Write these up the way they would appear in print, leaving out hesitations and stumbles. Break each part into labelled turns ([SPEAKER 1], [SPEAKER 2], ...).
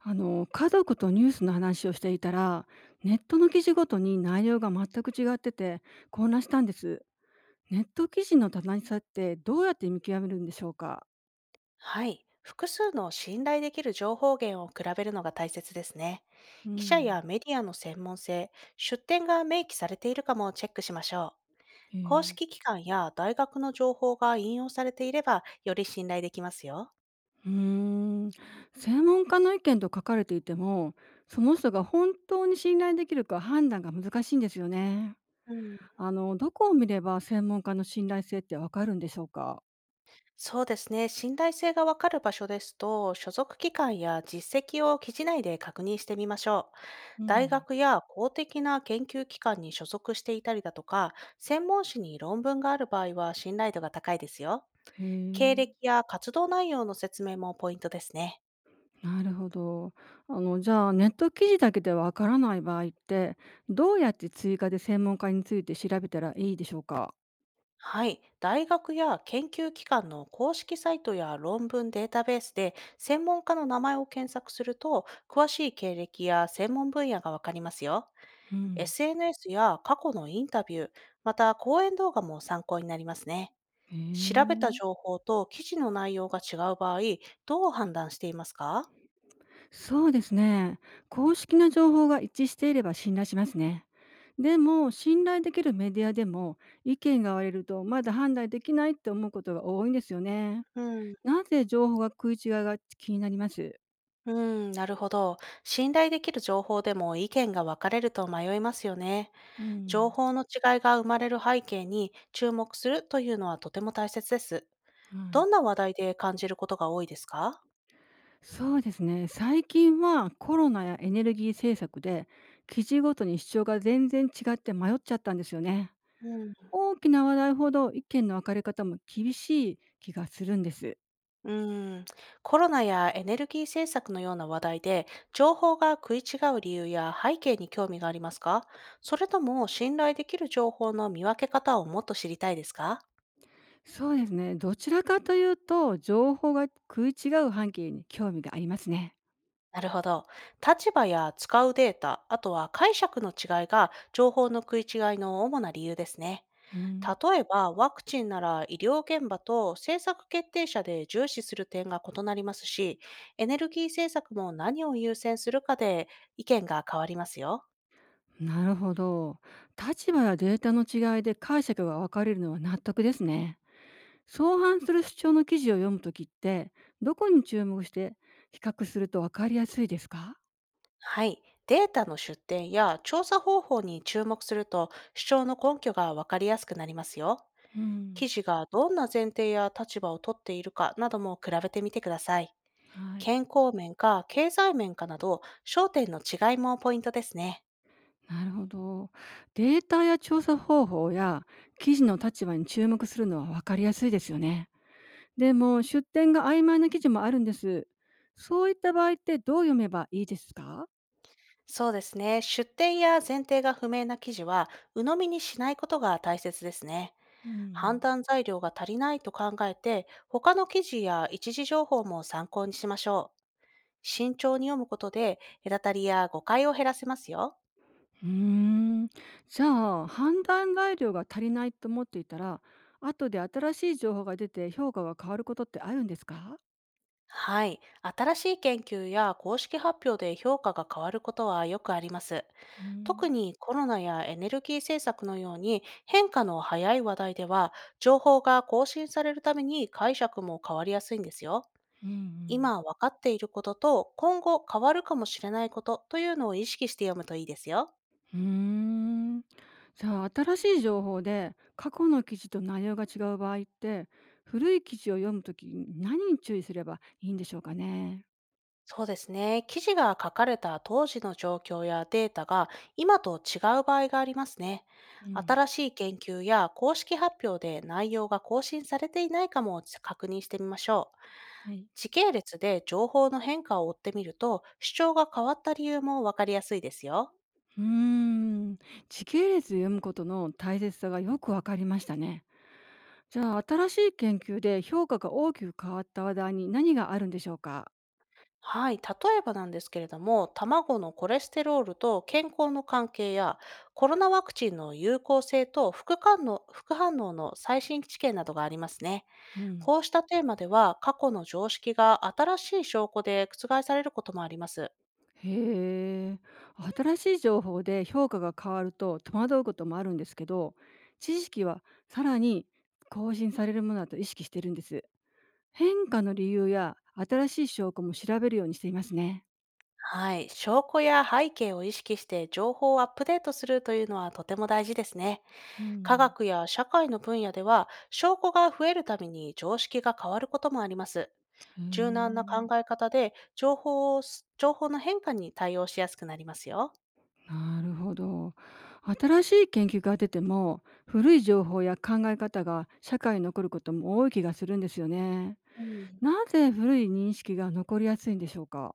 [SPEAKER 1] 家族とニュースの話をしていたら、ネットの記事ごとに内容が全く違ってて混乱したんです。ネット記事の正しさってどうやって見極めるんでしょうか？
[SPEAKER 2] はい。複数の信頼できる情報源を比べるのが大切ですね。
[SPEAKER 1] う
[SPEAKER 2] 記者
[SPEAKER 1] ん。
[SPEAKER 2] やメディアの専門性、出典が明記されているかもチェックしましょう。
[SPEAKER 1] へ
[SPEAKER 2] 公
[SPEAKER 1] え。
[SPEAKER 2] 式機関や大学の情報が引用されていれば、より信頼できますよ。
[SPEAKER 1] うーん。専門家の意見と書かれていても、その人が本当に信頼できるか判断が難しいんですよね。
[SPEAKER 2] うん、
[SPEAKER 1] どこを見れば専門家の信頼性ってわかるんでしょうか？
[SPEAKER 2] そうですね。信頼性がわかる場所ですと、所属機関や実績を記事内で確認してみましょう。
[SPEAKER 1] う
[SPEAKER 2] 大
[SPEAKER 1] ん。
[SPEAKER 2] 学や公的な研究機関に所属していたりだとか、専門誌に論文がある場合は信頼度が高いですよ。
[SPEAKER 1] へ
[SPEAKER 2] 経
[SPEAKER 1] え。
[SPEAKER 2] 歴や活動内容の説明もポイントですね。
[SPEAKER 1] なるほど。あの、じゃあ、ネット記事だけでわからない場合って、どうやって追加で専門家について調べたらいいでしょうか？
[SPEAKER 2] はい。大学や研究機関の公式サイトや論文データベースで専門家の名前を検索すると、詳しい経歴や専門分野がわかりますよ。
[SPEAKER 1] うん。
[SPEAKER 2] SNS や過去のインタビュー、また講演動画も参考になりますね。
[SPEAKER 1] へ
[SPEAKER 2] 調べた
[SPEAKER 1] え。
[SPEAKER 2] 情報と記事の内容が違う場合、どう判断していますか？
[SPEAKER 1] そうですね。公式な情報が一致していれば信頼しますね。でも、信頼できるメディアでも、意見が割れるとまだ判断できないって思うことが多いんですよね。
[SPEAKER 2] うん、
[SPEAKER 1] なぜ情報が食い違いが気になります。
[SPEAKER 2] うん、なるほど。信頼できる情報でも意見が分かれると迷いますよね。
[SPEAKER 1] う
[SPEAKER 2] 情
[SPEAKER 1] ん。
[SPEAKER 2] 報の違いが生まれる背景に注目するというのはとても大切です。
[SPEAKER 1] は
[SPEAKER 2] どん
[SPEAKER 1] い。
[SPEAKER 2] な話題で感じることが多いですか？
[SPEAKER 1] そうですね。最近はコロナやエネルギー政策で、記事ごとに主張が全然違って迷っちゃったんですよね。
[SPEAKER 2] うん、
[SPEAKER 1] 大きな話題ほど意見の分かれ方も厳しい気がするんです。
[SPEAKER 2] うーんコロナやエネルギー政策のような話題で情報が食い違う理由や背景に興味がありますか？それとも信頼できる情報の見分け方をもっと知りたいですか？
[SPEAKER 1] そうですね。どちらかというと、情報が食い違う半径に興味がありますね。
[SPEAKER 2] なるほど。立場や使うデータ、あとは解釈の違いが情報の食い違いの主な理由ですね。
[SPEAKER 1] うん、
[SPEAKER 2] 例えば、ワクチンなら医療現場と政策決定者で重視する点が異なりますし、エネルギー政策も何を優先するかで意見が変わりますよ。
[SPEAKER 1] なるほど。立場やデータの違いで解釈が分かれるのは納得ですね。相反する主張の記事を読むときって、どこに注目して比較すると分かりやすいですか？
[SPEAKER 2] はい。データの出典や調査方法に注目すると主張の根拠がわかりやすくなりますよ。
[SPEAKER 1] うん。
[SPEAKER 2] 記事がどんな前提や立場をとっているかなども比べてみてください。
[SPEAKER 1] はい。
[SPEAKER 2] 健康面か経済面かなど焦点の違いもポイントですね。
[SPEAKER 1] なるほど。データや調査方法や記事の立場に注目するのは分かりやすいですよね。でも、出典が曖昧な記事もあるんです。そういった場合ってどう読めばいいですか？
[SPEAKER 2] そうですね。出典や前提が不明な記事は、鵜呑みにしないことが大切ですね。
[SPEAKER 1] う
[SPEAKER 2] 判
[SPEAKER 1] ん。
[SPEAKER 2] 断材料が足りないと考えて、他の記事や一時情報も参考にしましょう。慎重に読むことで、隔たりや誤解を減らせますよ。
[SPEAKER 1] うーん。じゃあ、判断材料が足りないと思っていたら、後で新しい情報が出て評価が変わることってあるんですか？
[SPEAKER 2] はい。新しい研究や公式発表で評価が変わることはよくあります。
[SPEAKER 1] う
[SPEAKER 2] 特
[SPEAKER 1] ん、
[SPEAKER 2] にコロナやエネルギー政策のように変化の早い話題では、情報が更新されるために解釈も変わりやすいんですよ。
[SPEAKER 1] うんうん。
[SPEAKER 2] 今分かっていることと今後変わるかもしれないことというのを意識して読むといいですよ。
[SPEAKER 1] うーん。じゃあ、新しい情報で過去の記事と内容が違う場合って、古い記事を読むときに何に注意すればいいんでしょうかね？
[SPEAKER 2] そうですね。記事が書かれた当時の状況やデータが今と違う場合がありますね。
[SPEAKER 1] うん。
[SPEAKER 2] 新しい研究や公式発表で内容が更新されていないかも確認してみましょう。
[SPEAKER 1] はい。
[SPEAKER 2] 時系列で情報の変化を追ってみると主張が変わった理由も分かりやすいですよ。
[SPEAKER 1] うーん。時系列で読むことの大切さがよくわかりましたね。じゃあ、新しい研究で評価が大きく変わった話題に何があるんでしょうか？
[SPEAKER 2] はい、例えばなんですけれども、卵のコレステロールと健康の関係や、コロナワクチンの有効性と副反応の最新知見などがありますね。
[SPEAKER 1] うん。
[SPEAKER 2] こうしたテーマでは、過去の常識が新しい証拠で覆されることもあります。
[SPEAKER 1] へえ。新しい情報で評価が変わると戸惑うこともあるんですけど、知識はさらに更新されるものだと意識してるんです。変化の理由や新しい証拠も調べるようにしていますね。
[SPEAKER 2] はい、証拠や背景を意識して情報をアップデートするというのはとても大事ですね。
[SPEAKER 1] う
[SPEAKER 2] 科
[SPEAKER 1] ん、
[SPEAKER 2] 学や社会の分野では、証拠が増えるたびに常識が変わることもあります。
[SPEAKER 1] へえ。
[SPEAKER 2] 柔軟な考え方で、情報の変化に対応しやすくなりますよ。
[SPEAKER 1] なるほど。新しい研究が出ても、古い情報や考え方が社会に残ることも多い気がするんですよね。
[SPEAKER 2] うん。
[SPEAKER 1] なぜ古い認識が残りやすいんでしょうか。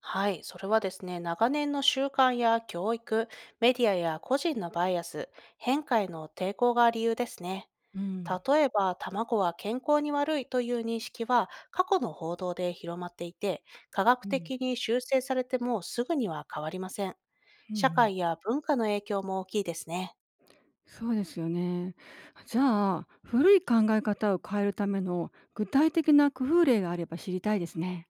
[SPEAKER 2] はい、それはですね、長年の習慣や教育、メディアや個人のバイアス、変化への抵抗が理由ですね。
[SPEAKER 1] うん。
[SPEAKER 2] 例えば、卵は健康に悪いという認識は過去の報道で広まっていて、科学
[SPEAKER 1] うん
[SPEAKER 2] 的に修正されてもすぐには変わりません。
[SPEAKER 1] うんう
[SPEAKER 2] 社
[SPEAKER 1] ん。
[SPEAKER 2] 会や文化の影響も大きいですね。
[SPEAKER 1] そうですよね。じゃあ、古い考え方を変えるための具体的な工夫例があれば知りたいですね。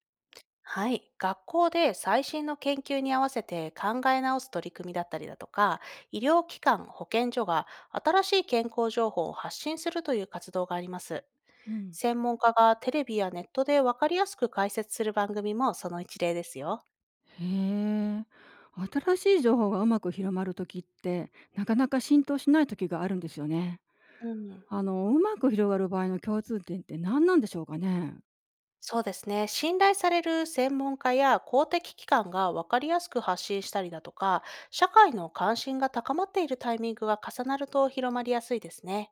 [SPEAKER 2] はい、学校で最新の研究に合わせて考え直す取り組みだったりだとか、医療機関、保健所が新しい健康情報を発信するという活動があります。
[SPEAKER 1] うん、
[SPEAKER 2] 専門家がテレビやネットで分かりやすく解説する番組もその一例ですよ。
[SPEAKER 1] へえ。新しい情報がうまく広まるときってなかなか浸透しないときがあるんですよね。
[SPEAKER 2] うん、
[SPEAKER 1] うまく広がる場合の共通点って何なんでしょうかね。
[SPEAKER 2] そうですね。信頼される専門家や公的機関が分かりやすく発信したりだとか、社会の関心が高まっているタイミングが重なると広まりやすいですね。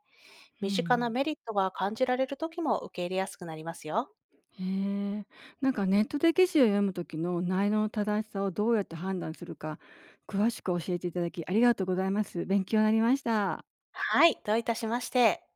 [SPEAKER 1] う
[SPEAKER 2] 身近な
[SPEAKER 1] ん、
[SPEAKER 2] メリットが感じられる時も受け入れやすくなりますよ。
[SPEAKER 1] へえ。なんかネットで記事を読むときの内容の正しさをどうやって判断するか詳しく教えていただきありがとうございます。勉強になりました。
[SPEAKER 2] はい、どういたしまして。